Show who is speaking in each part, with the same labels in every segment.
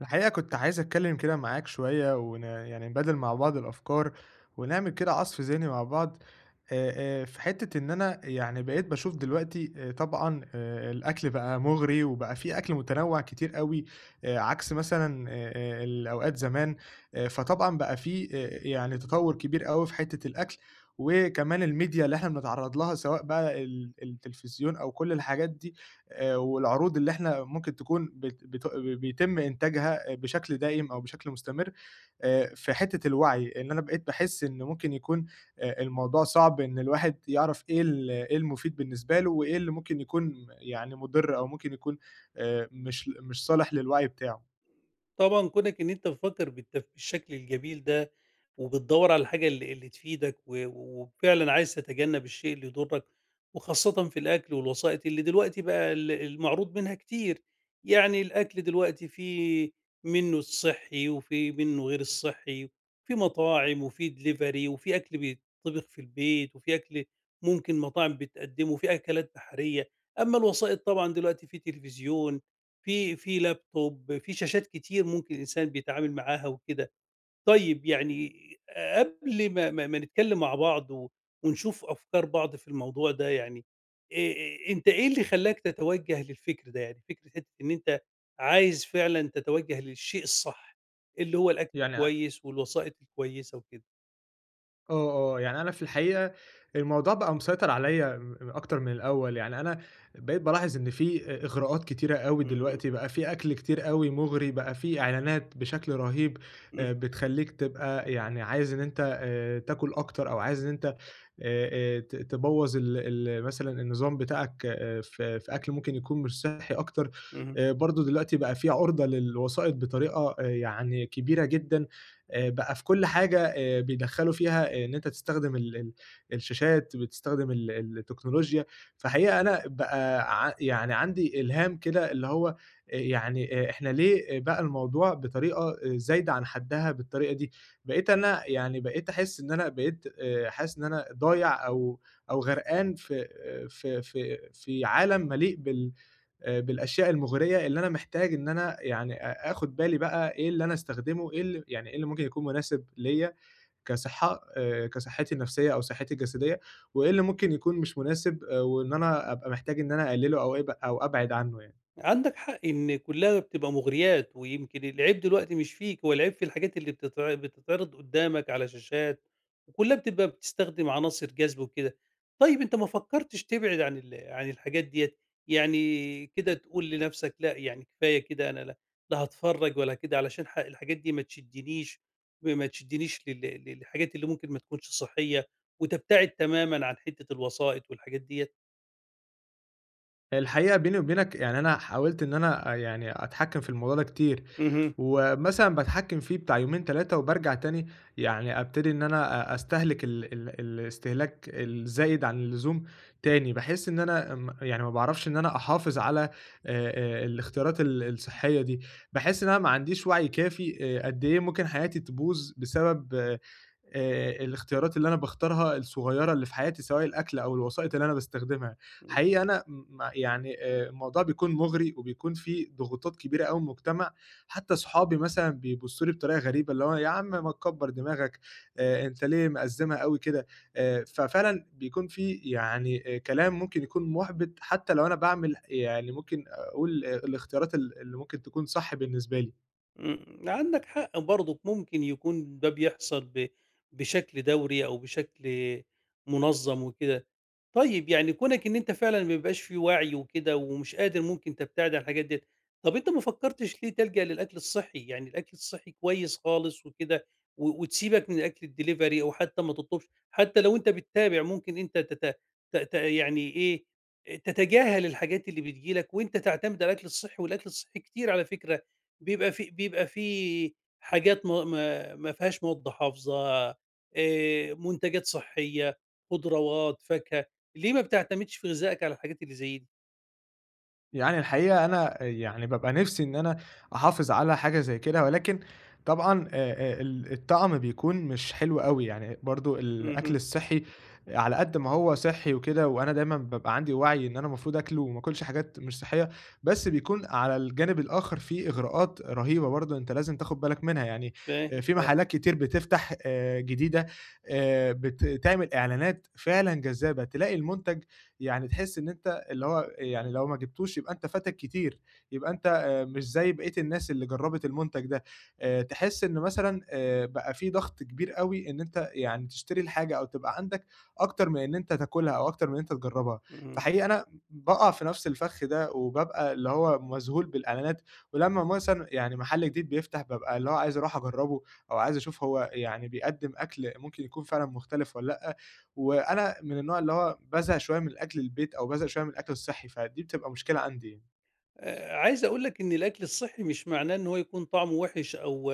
Speaker 1: الحقيقة كنت عايز أتكلم كده معاك شوية يعني نبادل مع بعض الأفكار، ونعمل كده عصف ذهني مع بعض. آآ، في حتة إن أنا يعني بقيت باشوف دلوقتي طبعًا، الأكل بقى مغري وبقى في أكل متنوع كتير أوي، عكس مثلًا الأوقات زمان. فطبعًا بقى في يعني تطور كبير أوي في حتة الأكل، وكمان الميديا اللي إحنا بنتعرض لها، سواء بقى التلفزيون أو كل الحاجات دي، والعروض اللي إحنا ممكن تكون بت بت بيتم إنتاجها آه، بشكل دائم أو بشكل مستمر. في حتّة الوعي، إن أنا بقيت باحس إن ممكن يكون الموضوع صعب، إن الواحد يعرف إيه إيه المفيد بالنسبة له وإيه اللي ممكن يكون يعني مُضِر، أو ممكن يكون مش صالح للوعي بتاعه.
Speaker 2: طبعًا كونك إن أنت بتفكّر بالشكل الجميل ده، وبتدوّر على الحاجة اللي تفيدك وفعلًا عايز تتجنّب الشيء اللي يضرّك، وخاصةً في الأكل والوسائط اللي دلوقتي بقى ال المعروض منها كتير، يعني الأكل دلوقتي في منّه الصحّي وفي منّه غير الصحّي، في مطاعم وفي delivery وفي أكل بيتطبخ في البيت، وفي أكل ممكن مطاعم بتقدّمه، وفي أكلات بحرية، أمّا الوسائط طبعًا دلوقتي في تلفزيون في لابتوب، في شاشات كتير ممكن الإنسان بيتعامل معاها وكده. طيب يعني قبل ما نتكلّم مع بعض ونشوف أفكار بعض في الموضوع ده يعني، أنت إيه اللي خلّاك تتوجّه للفكر ده؟ يعني فكرة حتّة إن أنت عايز فعلًا تتوجّه للشيء الصح، اللي هو الأكل
Speaker 1: يعني
Speaker 2: الكويس والوسائط الكويسة وكده.
Speaker 1: يعني أنا في الحقيقة الموضوع بقى مسيطر عليَّ أكتر من الأول، يعني أنا بقيت بالاحظ إن في إغراءات كتيرة أوي
Speaker 2: اهم،
Speaker 1: دلوقتي، بقى في أكل كتير أوي مغري، بقى في إعلانات بشكل رهيب
Speaker 2: إمم،
Speaker 1: بتخلّيك تبقى يعني عايز إن أنت تاكل أكتر، أو عايز إن أنت تبوّظ ال ال مثلًا النظام بتاعك في أكل ممكن يكون مش صحّي أكتر.
Speaker 2: اهم.
Speaker 1: برضه دلوقتي بقى في عُرضة للوسائط بطريقة يعني كبيرة جدًا. بقى في كل حاجة بيدخّلوا فيها آه، إن أنت تستخدم ال ال الشاشات، بتستخدم التكنولوجيا. فحقيقة أنا بقى يعني عندي إلهام كده، اللي هو يعني آه، إحنا ليه بقى الموضوع بطريقة آه، زايدة عن حدّها بالطريقة دي؟ بقيت أنا يعني بقيت أحس إن أنا بقيت حاسس إن أنا ضايع، أو أو غرقان في آه، في عالم مليء بالأشياء المُغرية، اللي أنا محتاج إن أنا يعني آخُد بالي بقى إيه اللي أنا أستخدمه، إيه يعني إيه اللي ممكن يكون مناسب ليّا كصحّتي النفسية أو صحّتي الجسدية، وإيه اللي ممكن يكون مش مناسب وإن أنا أبقى محتاج إن أنا أقلّله أو أبعد عنّه يعني.
Speaker 2: عندك حق إن كلّها بتبقى مغريات، ويمكن العيب دلوقتي مش فيك، هو العيب في الحاجات اللي بتتعرض قدّامك على شاشات، وكلّها بتبقى بتستخدم عناصر جذب وكده. طيب أنت ما فكّرتش تبعد عن الحاجات ديّة؟ يعني كده تقول لنَفْسك لأ، يعني كفاية كده أنا لا هاتفرّج ولا كده علشان الحاجات دي ما تشدّنيش، ما تشدّنيش للحاجات اللي ممكن ما تكونش صحّية، وتبتعد تمامًا عن حتّة الوسائط والحاجات ديّة؟
Speaker 1: الحقيقة بيني وبينك يعني أنا حاولت إن أنا يعني أتحكّم في الموضوع ده كتير،
Speaker 2: اهم.
Speaker 1: ومثلًا باتحكّم فيه بتاع يومين 3 وبارجع تاني، يعني أبتدي إن أنا أستهلك ال ال الاستهلاك الزايد عن اللزوم تاني. باحس إن أنا يعني ما باعرفش إن أنا أحافظ على الاختيارات الصحية دي، باحس إن أنا ما عنديش وعي كافي قد إيه ممكن حياتي تبوظ بسبب الاختيارات اللي أنا باختارها الصغيّرة اللي في حياتي، سواء الأكل أو الوسائط اللي أنا باستخدمها. حقيقي أنا يعني الموضوع بيكون مُغري وبيكون فيه ضغوطات كبيرة أوي من المجتمع، حتى صحابي مثلًا بيبصّوا لي بطريقة غريبة، اللي هو يا عم ما تكبّر دماغك، أنت ليه مأزّمها أوي كده؟ ففعلًا بيكون في يعني كلام ممكن يكون مُحبِط، حتى لو أنا باعمل يعني ممكن أقول آه، الاختيارات اللي ممكن تكون صح بالنسبة لي.
Speaker 2: إمم، عندك حق برضك ممكن يكون ده بيحصل بشكل دوري أو بشكل منظم وكده. طيب يعني كونك إن أنت فعلًا ما بيبقاش في وعي وكده ومش قادر ممكن تبتعد عن الحاجات ديّة، طب أنت ما فكرتش ليه تلجأ للأكل الصحي؟ يعني الأكل الصحي كويس خالص وكده وتسيبك من أكل الدليفري أو حتى ما تطلبش، حتى لو أنت بتتابع ممكن أنت تت ت ت يعني إيه، تتجاهل الحاجات اللي بتيجي لك وأنت تعتمد على الأكل الصحي، والأكل الصحي كتير على فكرة. بيبقى في في حاجات ما فيهاش مواد حافظة، منتجات صحية، خضروات، فاكهة، ليه ما بتعتمدش في غذائك على الحاجات اللي زي دي؟
Speaker 1: يعني الحقيقة أنا يعني بابقى نِفْسي إن أنا أحافظ على حاجة زي كده، ولكن طبعًا الطعم بيكون مش حلو أوي، يعني برضه الأكل
Speaker 2: اهم،
Speaker 1: الصحّي على قد ما هو صحّي وكده، وأنا دايمًا بابقى عندي وَعي إن أنا المفروض آكله وما آكلش حاجات مش صحّية، بس بيكون على الجانب الآخر في إغراءات رهيبة برضه أنت لازم تاخُد بالك منها. يعني
Speaker 2: فاهم
Speaker 1: في
Speaker 2: طبعًا،
Speaker 1: محلات كتير بتفتح جديدة، تعمل إعلانات فعلًا جذابة، تلاقي المنتج، يعني تحس إن أنت اللي هو يعني لو ما جبتوش يبقى أنت فاتك كتير، يبقى أنت مش زي بقية الناس اللي جرّبت المنتج ده. تحس إن مثلًا بقى في ضغط كبير أوي إن أنت يعني تشتري الحاجة، أو تبقى عندك أكتر من إن أنت تاكلها، أو أكتر من إن أنت تجرّبها.
Speaker 2: اهم.
Speaker 1: فحقيقي أنا باقع في نفس الفخ ده، وبابقى اللي هو مذهول بالإعلانات. ولمّا مثلًا يعني محل جديد بيفتح بابقى اللي هو عايز أروح أجرّبه، أو عايز أشوف هو يعني بيقدّم أكل ممكن يكون فعلًا مختلف والّا لأ. وأنا من النوع اللي هو بازهق شوية من الأكل البيت، أو بازهق شوية من الأكل الصحّي، فدي بتبقى مشكلة عندي يعني.
Speaker 2: عايز أقول لك إن الأكل الصحّي مش معناه إن هو يكون طعمه وِحِش أو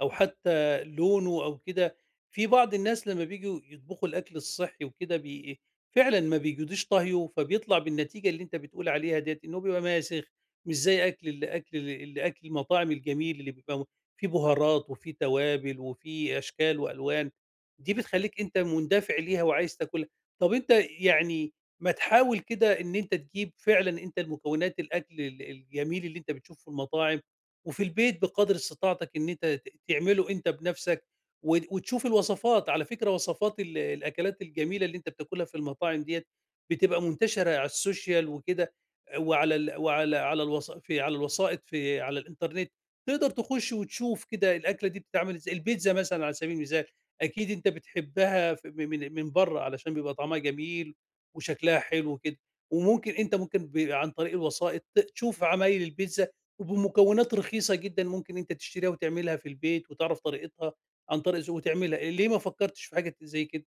Speaker 2: أو حتى لونه أو كده، في بعض الناس لمّا بييجوا يطبخوا الأكل الصحّي وكده فعلًا ما بيجودش طهيه، فبيطلع بالنتيجة اللي أنت بتقول عليها ديّة، إن هو بيبقى ماسخ، مش زي أكل المطاعم الجميل اللي بيبقى فيه بهارات وفيه توابل وفيه أشكال وألوان، دي بتخلّيك أنت مندفع ليها وعايز تاكلها. طَب أنت يعني ما تحاول كده إن أنت تجيب فعلًا أنت المكونات الأكل ال الجميل اللي أنت بتشوفه في المطاعم، وفي البيت بقدر استطاعتك إن أنت تعمله أنت بنفسك، وتشوف الوصفات، على فكرة وصفات ال الأكلات الجميلة اللي أنت بتاكلها في المطاعم ديّة، بتبقى منتشرة على السوشيال وكده، وعلى ال وعلى على الوث في على الوثائق على الإنترنت، تقدر تخش وتشوف كده الأكلة دي بتتعمل إزاي، البيتزا مثلًا على سبيل المثال، أكيد أنت بتحبها ف م من من برّه علشان بيبقى طعمها جميل وشكلها حلو وكده، وممكن أنت ممكن ب عن طريق الوسائط تشوف عمايل البيتزا، وبمكونات رخيصة جدًا ممكن أنت تشتريها وتعملها في البيت وتعرف طريقتها عن طريق ذوق وتعملها، ليه ما فكرتش في حاجة زي كده؟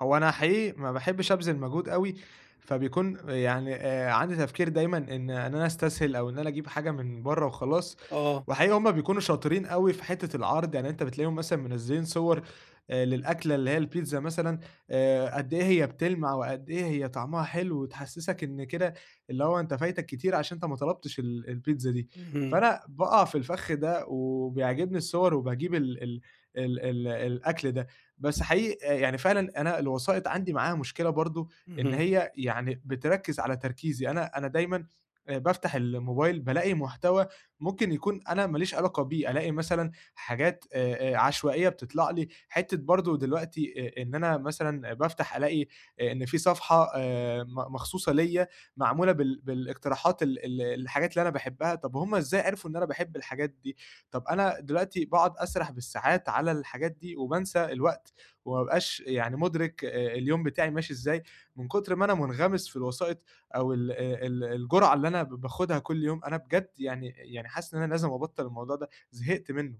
Speaker 1: هو أنا حقيقي ما باحبش أبذل مجهود أوي، فبيكون يعني عندي تفكير دايمًا إن أنا أستسهل، أو إن أنا أجيب حاجة من برّه وخلاص.
Speaker 2: آه،
Speaker 1: وحقيقي هُم بيكونوا شاطرين أوي في حتة العرض، يعني أنت بتلاقيهم مثلًا منزّلين صور للأكلة اللي هي البيتزا مثلًا، قد إيه هي بتلمع وقد إيه هي طعمها حلو، وتحسّسك إن كده اللي هو أنت فايتك كتير عشان أنت ما طلبتش البيتزا دي.
Speaker 2: اهم،
Speaker 1: فأنا باقع في الفخ ده وبيعجبني الصور، وباجيب ال ال ال ال الأكل ده. بس حقيقي آه، يعني فعلًا أنا الوسائط عندي معاها مشكلة برضه، إن
Speaker 2: اهم.
Speaker 1: هي يعني بتركّز على تركيزي. أنا دايمًا بافتح الموبايل بالاقي محتوى ممكن يكون أنا ما ليش علاقة بيه، ألاقي مثلًا حاجات عشوائية بتطلع لي. حتّة برضه دلوقتي إن أنا مثلًا بافتح ألاقي إن في صفحة مخصوصة ليّا، معمولة بالاقتراحات ال ال الحاجات اللي أنا باحبها. طَب هُم إزاي عرفوا إن أنا باحب الحاجات دي؟ طَب أنا دلوقتي باقعد أسرح بالساعات على الحاجات دي وبانسى الوقت، وما أبقاش يعني مُدرك اليوم بتاعي ماشي إزاي، من كتر ما أنا منغمس في الوسائط، أو آه، الجُرعة اللي أنا باخدها كل يوم. أنا بجد يعني حاسس إن أنا لازم أبطّل الموضوع ده، زهقت منه.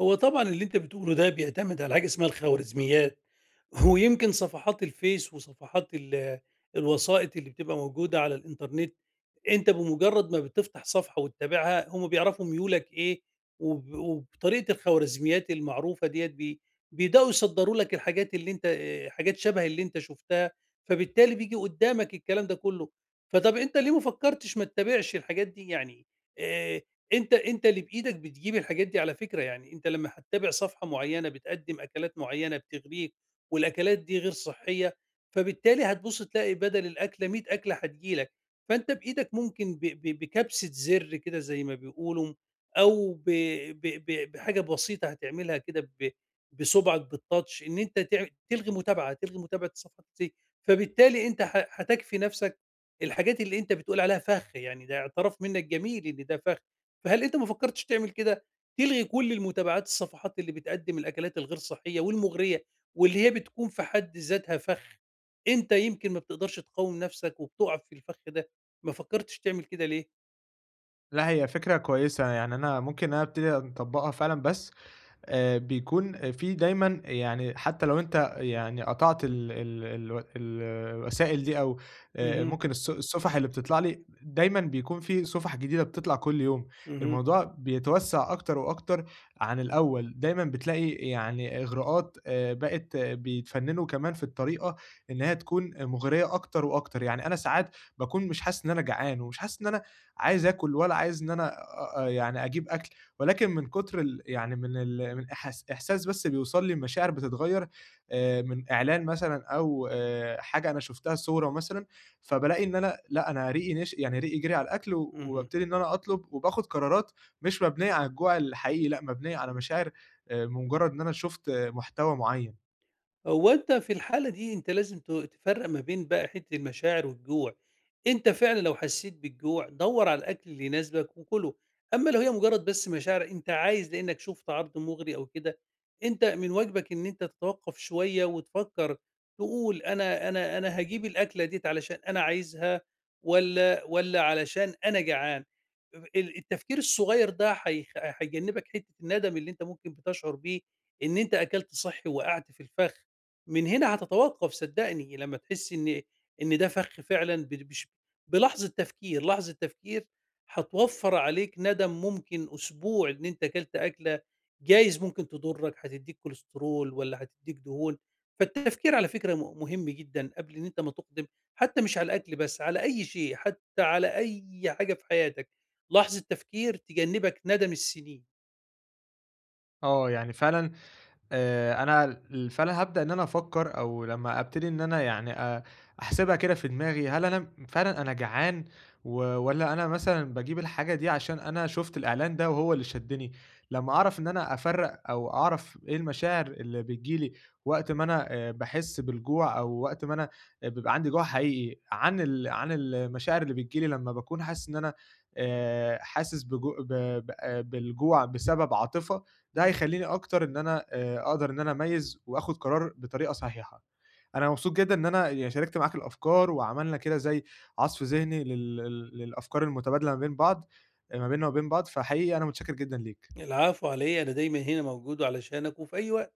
Speaker 2: هو طبعًا اللي أنت بتقوله ده بيعتمد على حاجة اسمها الخوارزميات، ويمكن صفحات الفيس وصفحات ال الوسائط اللي بتبقى موجودة على الإنترنت أنت بمجرد ما بتفتح صفحة وتتابعها هم بيعرفوا ميولك إيه وبطريقة الخوارزميات المعروفة ديّة بيبدؤوا يصدّروا لك الحاجات اللي أنت حاجات شبه اللي أنت شُفتها، فبالتالي بييجي قدّامك الكلام ده كُلّه. فطَب أنت ليه ما فكّرتش ما تتابعش الحاجات دي؟ يعني آآ أنت اللي بإيدك بتجيب الحاجات دي على فكرة، يعني أنت لمّا هتتابع صفحة معيّنة بتقدّم أكلات معيّنة بتغريك والأكلات دي غير صحّية، فبالتالي هتبُص تلاقي بدل الأكلة، 100 أكلة هتيجي لك. فأنت بإيدك ممكن ب ب بكبسة زر كده زي ما بيقولوا، أو ب ب ب بحاجة بسيطة هتعملها كده بصُبعك بالtouch إن أنت تلغي متابعة، تلغي متابعة الصفحات دي، فبالتالي أنت هتكفي نفسك الحاجات اللي أنت بتقول عليها فخ، يعني ده اعتراف منّك جميل إن ده فخ، فهل أنت ما فكّرتش تعمل كده، تلغي كل المتابعات الصفحات اللي بتقدّم الأكلات الغير صحية والمُغرية، واللي هي بتكون في حد ذاتها فخ، أنت يمكن ما بتقدرش تقاوم نفسك وبتُقع في الفخ ده. ما فكّرتش تعمل كده ليه؟
Speaker 1: لأ، هي فكرة كويسة، يعني أنا ممكن إن أنا أبتدي أطبّقها فعلًا، بس بيكون في دايمًا، يعني حتى لو أنت يعني قطعت ال ال الو الوسائل دي، أو
Speaker 2: اهم،
Speaker 1: ممكن الصفح اللي بتطلع لي، دايمًا بيكون في صفح جديدة بتطلع كل يوم.
Speaker 2: اهم،
Speaker 1: الموضوع بيتوسّع أكتر وأكتر عن الأول، دايمًا بتلاقي يعني إغراءات بقت آه، بيتفنّنوا كمان في الطريقة إن هي تكون مغرية أكتر وأكتر. يعني أنا ساعات باكون مش حاسس إن أنا جعان ومش حاسس إن أنا عايز آكل، ولا عايز إن أنا يعني أجيب أكل، ولكن من كتر يعني من من إحساس بس بيوصل لي المشاعر بتتغيّر من إعلان مثلًا، أو حاجة أنا شُفتها صورة مثلًا. فبالاقي إن أنا لأ، أنا ريقي يعني ريقي جري على الأكل، و
Speaker 2: اهم.
Speaker 1: وبابتدي إن أنا أطلب وباخُد قرارات مش مبنية على الجوع الحقيقي، لأ، مبنية على مشاعر بمجرد إن أنا شُفت محتوى معيّن.
Speaker 2: هو أنت في الحالة دي أنت لازم تفرّق ما بين بقى حتّة المشاعر والجوع، أنت فعلًا لو حسّيت بالجوع دَوّر على الأكل اللي يناسبك وكُله، أمّا لو هي مجرّد بس مشاعر أنت عايز لإنّك شُفت عرض مُغري أو كده، أنت من واجبك إن أنت تتوقّف شوية وتفكّر، تقول أنا هاجيب الأكلة ديّة علشان أنا عايزها والّا علشان أنا جعان، اب ال التفكير الصغيّر ده هيجنّبك حتّة الندم اللي أنت ممكن بتشعر بيه إن أنت أكلت صحّي ووقعت في الفخ. من هنا هتتوقّف صدّقني، لمّا تحسّي إن ده فَخ فعلًا ب بش بلحظة تفكير، لحظة تفكير هتوفّر عليك ندم ممكن أسبوع إن أنت كلت أكلة جايز ممكن تضُرّك، هتدّيك كوليسترول والّا هتدّيك دهون، فالتفكير على فكرة مهم جدًا قبل إن أنت ما تُقدم، حتى مش على الأكل بس، على أي شيء، حتى على أي حاجة في حياتك، لحظة تفكير تجنّبك ندم السِنين.
Speaker 1: آه، يعني فعلًا أنا ال فأنا هابدأ إن أنا أفكّر، أو لمّا أبتدي إن أنا يعني أحسبها كده في دماغي، هل أنا فعلًا أنا جعان، والّا أنا مثلًا باجيب الحاجة دي عشان أنا شُفت الإعلان ده وهو اللي شدّني؟ لمّا أعرف إن أنا أفرّق، أو أعرف إيه المشاعر اللي بتيجي لي وقت ما أنا باحس بالجوع، أو وقت ما أنا بيبقى عندي جوع حقيقي، عن عن المشاعر اللي بتيجي لي لمّا باكون حاسس إن أنا حاسس بجو ب ب آه، بالجوع بسبب عاطفة، ده
Speaker 2: إمم.
Speaker 1: هيخلّيني أكتر إن أنا أقدر إن أنا أميّز وآخُد قرار بطريقة صحيحة. أنا مبسوط جدًا إن أنا يعني شاركت معاك الأفكار، وعملنا كده زي عَصْف ذهني لل لل للأفكار المتبادلة ما بين بعض، ما بيننا وما بين بعض، فحقيقي أنا متشكّر جدًا ليك.
Speaker 2: العفو على إيه، أنا دايمًا هنا موجود علشانك وفي أي وقت.